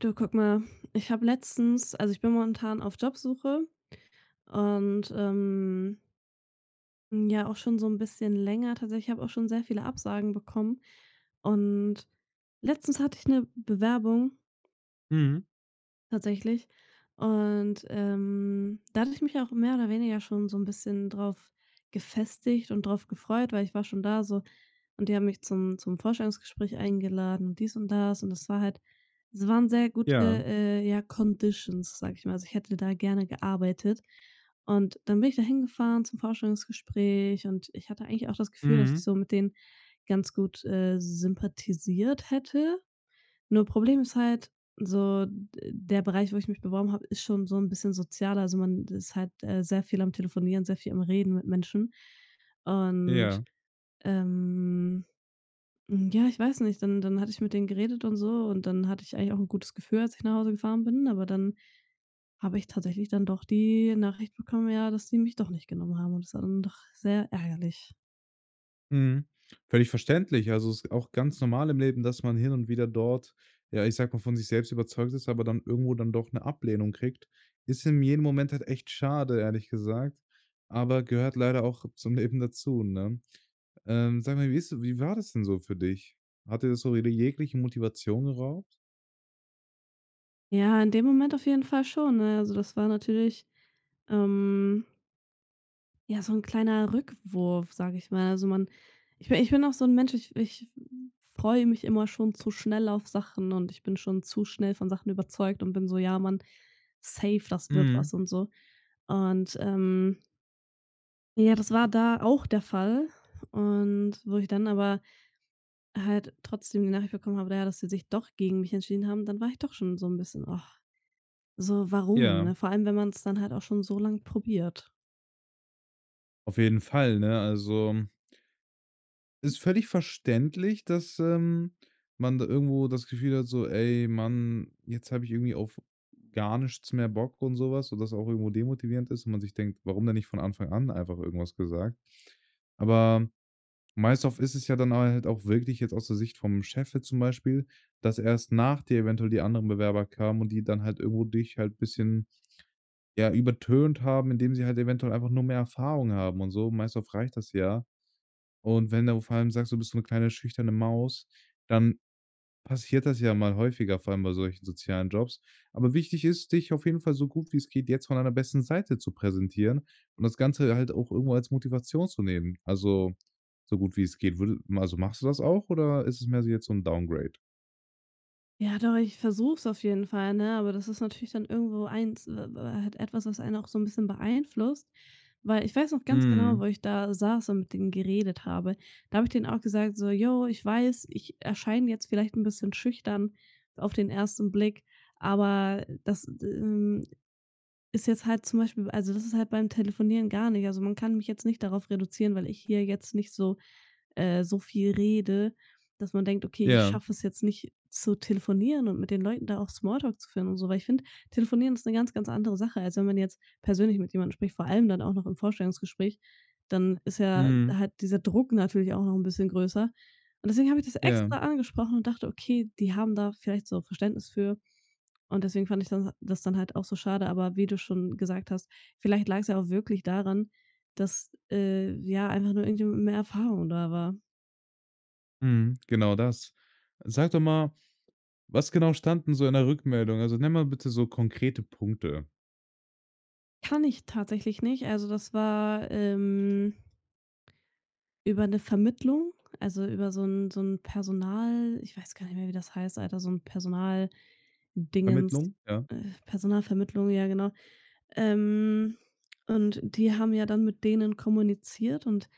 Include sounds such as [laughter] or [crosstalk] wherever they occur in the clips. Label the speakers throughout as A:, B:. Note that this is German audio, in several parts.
A: Du, guck mal, ich habe letztens also, ich bin momentan auf Jobsuche und, ja, auch schon so ein bisschen länger tatsächlich. Ich habe auch schon sehr viele Absagen bekommen und letztens hatte ich eine Bewerbung
B: Mhm.
A: tatsächlich. Und, da hatte ich mich auch mehr oder weniger schon so ein bisschen drauf gefestigt und drauf gefreut, weil ich war schon da so und die haben mich zum Vorstellungsgespräch eingeladen und dies und das war halt es waren sehr gute,
B: Ja.
A: ja, Conditions, sag ich mal. Also, ich hätte da gerne gearbeitet und dann bin ich da hingefahren zum Vorstellungsgespräch und ich hatte eigentlich auch das Gefühl, dass ich
B: Mhm.
A: so mit denen ganz gut, sympathisiert hätte. Nur Problem ist halt so, d der Bereich, wo ich mich beworben habe, ist schon so ein bisschen sozialer. Also, man ist halt, sehr viel am Telefonieren, sehr viel am Reden mit Menschen. Und,
B: Ja.
A: ähm, ja, ich weiß nicht, dann hatte ich mit denen geredet und so und dann hatte ich eigentlich auch ein gutes Gefühl, als ich nach Hause gefahren bin, aber dann habe ich tatsächlich dann doch die Nachricht bekommen, ja, dass die mich doch nicht genommen haben und das war dann doch sehr ärgerlich.
B: Mhm. Völlig verständlich. Also, es ist auch ganz normal im Leben, dass man hin und wieder dort, ja, ich sag mal, von sich selbst überzeugt ist, aber dann irgendwo dann doch eine Ablehnung kriegt. Ist in jedem Moment halt echt schade, ehrlich gesagt, aber gehört leider auch zum Leben dazu, ne? Sag mal, wie war das denn so für dich? Hat dir das so jede jegliche Motivation geraubt?
A: Ja, in dem Moment auf jeden Fall schon, ne? Also, das war natürlich, ähm Ja, so 'n kleiner Rückwurf, sage ich mal. Also, man ich bin auch so 'n Mensch, ich freue mich immer schon zu schnell auf Sachen und ich bin schon zu schnell von Sachen überzeugt und bin so: „Ja, Mann, safe, das wird
B: Mhm.
A: was“ und so. Und, ja, das war da auch der Fall und wo ich dann aber halt trotzdem die Nachricht bekommen habe, na ja, dass sie sich doch gegen mich entschieden haben, dann war ich doch schon so 'n bisschen: „Oh, so warum“,
B: Ja,
A: ne? Vor allem, wenn man's dann halt auch schon so lang probiert.
B: auf jeden Fall, ne? Also, ist völlig verständlich, dass, man da irgendwo das Gefühl hat so: „Ey, Mann, jetzt habe ich irgendwie auf gar nichts mehr Bock“ und so was, und das auch irgendwo demotivierend ist und man sich denkt: „Warum denn nicht von Anfang an einfach irgendwas gesagt?“ Aber meist oft ist es ja dann halt auch wirklich jetzt aus der Sicht vom Chef jetzt zum Beispiel, dass erst nach dir eventuell die anderen Bewerber kamen und die dann halt irgendwo dich halt ein bisschen, ja, übertönt haben, indem sie halt eventuell einfach nur mehr Erfahrung haben und so. Meist oft reicht das ja, und wenn du vor allem sagst, du bist so eine kleine schüchterne Maus, dann passiert das ja mal häufiger, vor allem bei solchen sozialen Jobs. Aber wichtig ist, dich auf jeden Fall so gut wie es geht jetzt von deiner besten Seite zu präsentieren und das Ganze halt auch irgendwo als Motivation zu nehmen. Also, so gut wie es geht. Würde, also, machst du das auch oder ist es mehr so jetzt so ein Downgrade?
A: Ja, doch, ich versuch's auf jeden Fall, ne? Aber das ist natürlich dann irgendwo eins halt etwas, was einen auch so ein bisschen beeinflusst, weil ich weiß noch ganz genau,
B: Mhm.
A: wo ich da saß und mit denen geredet habe. Da habe ich denen auch gesagt so: yo, ich weiß, ich erscheine jetzt vielleicht ein bisschen schüchtern auf den ersten Blick, aber das, ist jetzt halt zum Beispiel also, das ist halt beim Telefonieren gar nicht. Also, man kann mich jetzt nicht darauf reduzieren, weil ich hier jetzt nicht so so viel rede, dass man denkt: „Okay, ich
B: Ja.
A: schaffe es jetzt nicht zu telefonieren und mit den Leuten da auch Smalltalk zu führen und so.“ Weil ich finde, Telefonieren ist eine ganz, ganz andere Sache, als wenn man jetzt persönlich mit jemandem spricht, vor allem dann auch noch im Vorstellungsgespräch. Dann ist ja
B: Mhm.
A: halt dieser Druck natürlich auch noch ein bisschen größer. Und deswegen habe ich das
B: Ja.
A: extra angesprochen und dachte: „Okay, die haben da vielleicht so Verständnis für.“ Und deswegen fand ich dann das dann halt auch so schade, aber wie du schon gesagt hast, vielleicht lag es ja auch wirklich daran, dass, ja, einfach nur irgendwie mehr Erfahrung da war.
B: Mhm. Genau das. Sag doch mal, was genau standen so in der Rückmeldung? Also, nenn mal bitte so konkrete Punkte.
A: Kann ich tatsächlich nicht. Also, das war, über eine Vermittlung, also, über so ein Personal ich weiß gar nicht mehr, wie das heißt, Alter, so ein Personal Dingens,
B: Vermittlung? Ja.
A: Personalvermittlung, ja genau. Ähm, und die haben ja dann mit denen kommuniziert und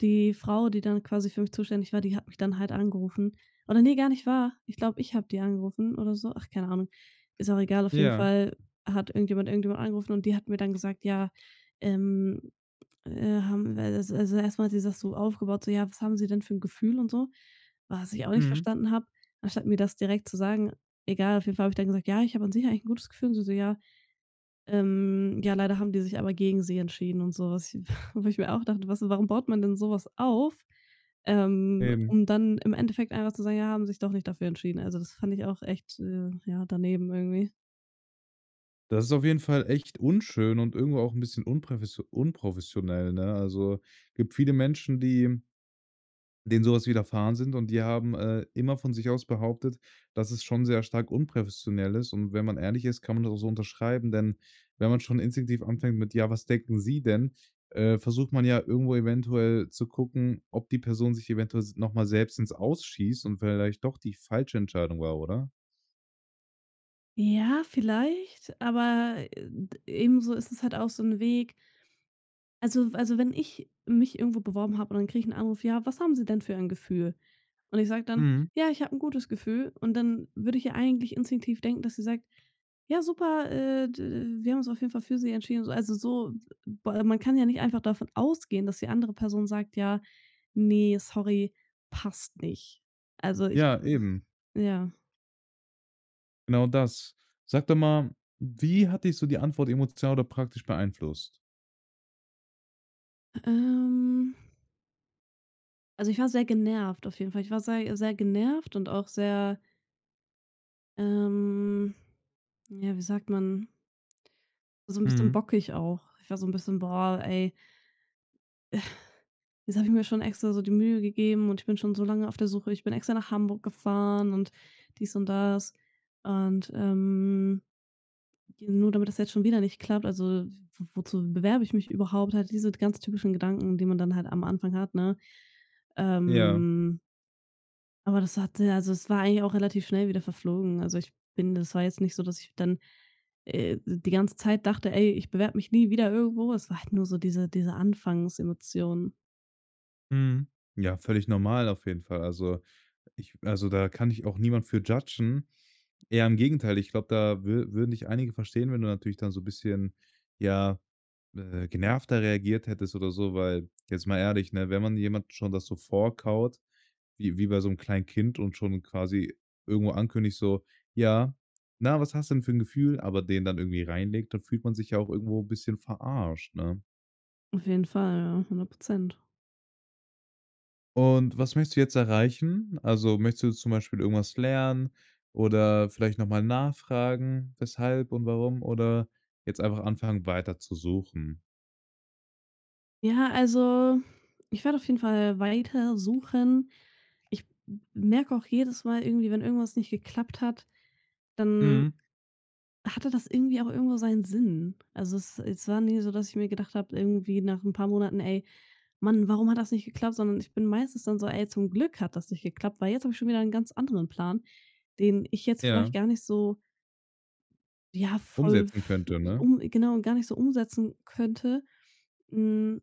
A: die Frau, die dann quasi für mich zuständig war, die hat mich dann halt angerufen. Oder nee gar nicht wahr. Ich glaube, ich habe die angerufen oder so. Ach, keine Ahnung. Ist auch egal. Auf jeden
B: Ja.
A: Fall hat irgendjemand angerufen und die hat mir dann gesagt: „Ja, ähm, haben wir“ also erstmal hat sie das so aufgebaut, so: „Ja, was haben Sie denn für ein Gefühl?“ und so, was ich auch nicht
B: Mhm.
A: verstanden habe. Anstatt mir das direkt zu sagen egal, auf jeden Fall habe ich dann gesagt: „Ja, ich habe an sich eigentlich 'n gutes Gefühl.“ Und sie so: „Ja, ja, leider haben die sich aber gegen sie entschieden und sowas, [laughs] wo ich mir auch dachte: „Was warum baut man denn sowas auf,
B: Eben.
A: um dann im Endeffekt einfach zu sagen: 'Ja, haben sich doch nicht dafür entschieden.'“ Also, das fand ich auch echt, ja, daneben irgendwie.
B: Das ist auf jeden Fall echt unschön und irgendwo auch ein bisschen unpröfes unprofessionell, ne? Also, gibt viele Menschen, die denen sowas widerfahren sind und die haben, immer von sich aus behauptet, dass es schon sehr stark unprofessionell ist, und wenn man ehrlich ist, kann man das auch so unterschreiben, denn wenn man schon instinktiv anfängt mit: „Ja, was denken Sie denn?“, versucht man ja irgendwo eventuell zu gucken, ob die Person sich eventuell s noch mal selbst ins Aus schießt und vielleicht doch die falsche Entscheidung war, oder?
A: Ja, vielleicht, aber, d ebenso ist es halt auch so ein Weg. Also, wenn ich mich irgendwo beworben habe und dann kriege ich einen Anruf: „Ja, was haben Sie denn für ein Gefühl?“ Und ich sage dann:
B: Mhm.
A: „Ja, ich habe ein gutes Gefühl.“ Und dann würde ich ja eigentlich instinktiv denken, dass sie sagt: „Ja, super, d wir haben uns auf jeden Fall für Sie entschieden.“ So also, so b man kann ja nicht einfach davon ausgehen, dass die andere Person sagt: „Ja, nee sorry, passt nicht.“ Also, ich
B: Ja, eben.
A: ja.
B: Genau das. Sag doch mal, wie hat dich so die Antwort emotional oder praktisch beeinflusst?
A: Ähm, also, ich war sehr genervt auf jeden Fall. Ich war sehr sehr genervt und auch sehr, Ähm, ja, wie sagt man? So ein bisschen
B: Mhm.
A: bockig auch. Ich war so ein bisschen: „Boah, ey, jetzt habe ich mir schon extra so die Mühe gegeben und ich bin schon so lange auf der Suche. Ich bin extra nach Hamburg gefahren und dies und das und, ja, nur damit das jetzt schon wieder nicht klappt. Also, w wozu bewerbe ich mich überhaupt?“ Halt diese ganz typischen Gedanken, die man dann halt am Anfang hat, ne?
B: Ja.
A: Ähm Aber das hatte also, es war eigentlich auch relativ schnell wieder verflogen. Also, ich bin das war jetzt nicht so, dass ich dann, die ganze Zeit dachte: „Ey, ich bewerbe mich nie wieder irgendwo.“ Es war halt nur so diese Anfangsemotion.
B: Mhm. Ja, völlig normal auf jeden Fall. Also, ich, also, da kann ich auch niemand für judgen. Eher im Gegenteil, ich glaube, da würden dich einige verstehen, wenn du natürlich dann so ein bisschen, ja, genervter reagiert hättest oder so, weil jetzt mal ehrlich, ne, wenn man jemand schon das so vorkaut, wie bei so einem kleinen Kind und schon quasi irgendwo ankündigt so: „Ja, na, was hast du denn für ein Gefühl?“ Aber den dann irgendwie reinlegt, dann fühlt man sich ja auch irgendwo 'n bisschen verarscht, ne?
A: Auf jeden Fall, ja, 100%.
B: Und was möchtest du jetzt erreichen? Also, möchtest du zum Beispiel irgendwas lernen oder vielleicht noch mal nachfragen, weshalb und warum, oder jetzt einfach anfangen, weiter zu suchen?
A: Ja, also, ich werde auf jeden Fall weiter suchen. Ich merke auch jedes Mal irgendwie, wenn irgendwas nicht geklappt hat, dann
B: Mhm,
A: hatte das irgendwie auch irgendwo seinen Sinn. Also es war nie so, dass ich mir gedacht habe, irgendwie nach ein paar Monaten: „Ey, Mann, warum hat das nicht geklappt?“ Sondern ich bin meistens dann so: „Ey, zum Glück hat das nicht geklappt, weil jetzt habe ich schon wieder einen ganz anderen Plan, den ich jetzt
B: ja,
A: vielleicht gar nicht so, ja, voll
B: umsetzen
A: f
B: könnte, ne?
A: um genau, gar nicht so umsetzen könnte, hm,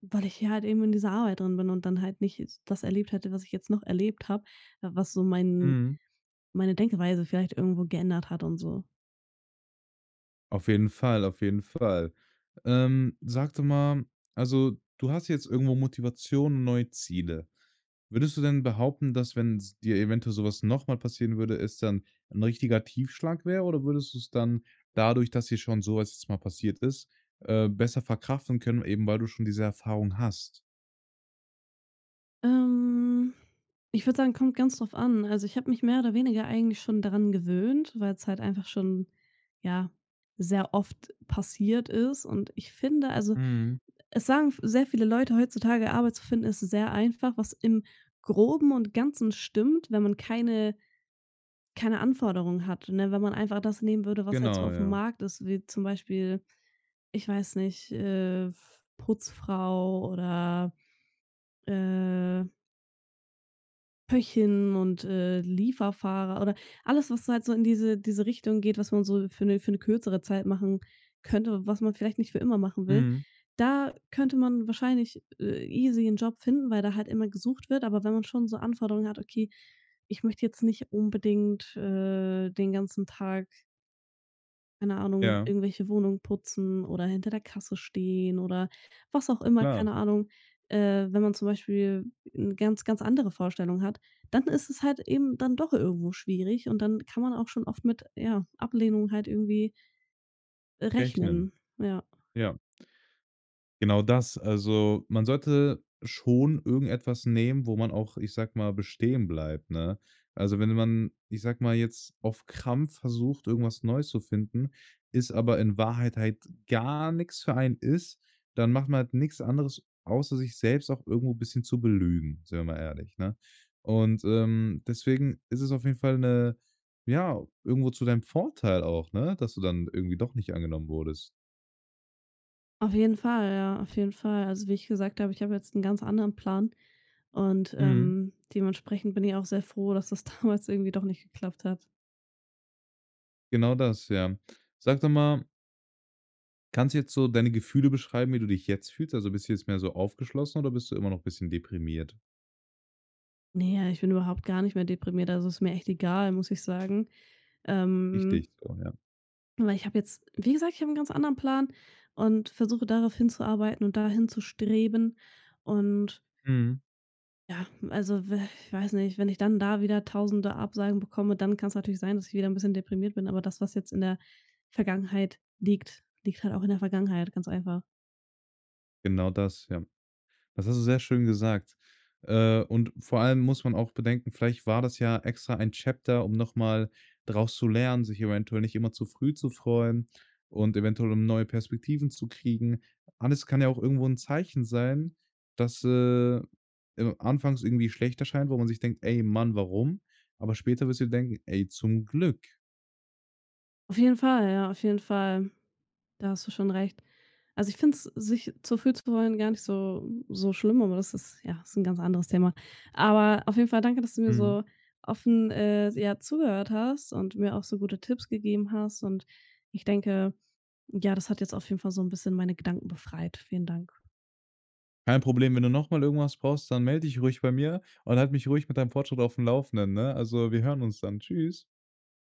A: weil ich ja halt eben in dieser Arbeit drin bin und dann halt nicht das erlebt hätte, was ich jetzt noch erlebt habe, was so mein
B: Mhm.
A: meine Denkweise vielleicht irgendwo geändert hat und so.“
B: Auf jeden Fall, auf jeden Fall. Sag doch mal, also du hast jetzt irgendwo Motivation und neue Ziele. Würdest du denn behaupten, dass wenn s dir eventuell sowas nochmal passieren würde, es dann ein richtiger Tiefschlag wäre, oder würdest du es dann dadurch, dass dir schon so was jetzt mal passiert ist, besser verkraften können, eben weil du schon diese Erfahrung hast?
A: Ähm, Ich würde sagen, kommt ganz drauf an. Also, ich habe mich mehr oder weniger eigentlich schon daran gewöhnt, weil es halt einfach schon, ja, sehr oft passiert ist und ich finde also,
B: Mhm.
A: es sagen f sehr viele Leute heutzutage, Arbeit zu finden ist sehr einfach, was im Groben und Ganzen stimmt, wenn man keine Anforderungen hat, ne? Wenn man einfach das nehmen würde, was halt so
B: Genau,
A: auf dem
B: ja.
A: Markt ist, wie zum Beispiel, ich weiß nicht, Putzfrau oder, äh Köchin und, Lieferfahrer oder alles, was halt so in diese Richtung geht, was man so für eine kürzere Zeit machen könnte, was man vielleicht nicht für immer machen will.
B: Mhm.
A: Da könnte man wahrscheinlich, easy einen Job finden, weil da halt immer gesucht wird. Aber wenn man schon so Anforderungen hat: „Okay, ich möchte jetzt nicht unbedingt, den ganzen Tag keine Ahnung,
B: Ja,
A: irgendwelche Wohnungen putzen oder hinter der Kasse stehen oder was auch immer,
B: klar,
A: keine Ahnung. Wenn man zum Beispiel eine ganz, ganz andere Vorstellung hat, dann ist es halt eben dann doch irgendwo schwierig und dann kann man auch schon oft mit, ja, Ablehnung halt irgendwie
B: rechnen.
A: rechnen. Ja,
B: Ja. Genau das. Also, man sollte schon irgendetwas nehmen, wo man auch, ich sag mal, bestehen bleibt, ne? Also, wenn man, ich sag mal, jetzt auf Krampf versucht, irgendwas Neues zu finden, ist aber in Wahrheit halt gar nichts für einen ist, dann macht man halt nichts anderes, außer sich selbst auch irgendwo ein bisschen zu belügen, sind wir mal ehrlich, ne? Und, deswegen ist es auf jeden Fall eine, ja, irgendwo zu deinem Vorteil auch, ne, dass du dann irgendwie doch nicht angenommen wurdest.
A: auf jeden Fall, ja, auf jeden Fall. Also, wie ich gesagt habe, ich habe jetzt einen ganz anderen Plan und,
B: Mhm.
A: dementsprechend bin ich auch sehr froh, dass das [laughs] damals irgendwie doch nicht geklappt hat.
B: Genau das, ja. Sag doch mal, kannst du jetzt so deine Gefühle beschreiben, wie du dich jetzt fühlst? Also, bist du jetzt mehr so aufgeschlossen oder bist du immer noch ein bisschen deprimiert?
A: Ne, ich bin überhaupt gar nicht mehr deprimiert, also ist mir echt egal, muss ich sagen. Ähm,
B: Richtig so, ja.
A: Weil ich habe jetzt wie gesagt, ich habe einen ganz anderen Plan und versuche darauf hinzuarbeiten und dahin zu streben. Und
B: Mhm.
A: ja, also, we ich weiß nicht, wenn ich dann da wieder tausende Absagen bekomme, dann kann es natürlich sein, dass ich wieder ein bisschen deprimiert bin, aber das, was jetzt in der Vergangenheit liegt, liegt halt auch in der Vergangenheit, ganz einfach.
B: Genau das, ja. Das hast du sehr schön gesagt. Und vor allem muss man auch bedenken, vielleicht war das ja extra ein Chapter, um nochmal mal draus zu lernen, sich eventuell nicht immer zu früh zu freuen und eventuell um neue Perspektiven zu kriegen. Alles kann ja auch irgendwo ein Zeichen sein, dass, anfangs irgendwie schlecht erscheint, wo man sich denkt: „Ey, Mann, warum?“ Aber später wirst du denken: „Ey, zum Glück.“
A: Auf jeden Fall, ja, auf jeden Fall. Da hast du schon recht. Also, ich finde es, sich zu fühlen zu wollen, gar nicht so schlimm, aber das ist ja, ist ein ganz anderes Thema. Aber auf jeden Fall danke, dass du mir
B: Mhm.
A: so offen, ja, zugehört hast und mir auch so gute Tipps gegeben hast und ich denke, ja, das hat jetzt auf jeden Fall so ein bisschen meine Gedanken befreit. Vielen Dank.
B: Kein Problem, wenn du nochmal irgendwas brauchst, dann melde dich ruhig bei mir und halt mich ruhig mit deinem Fortschritt auf dem Laufenden“, ne? Also, wir hören uns dann. Tschüss.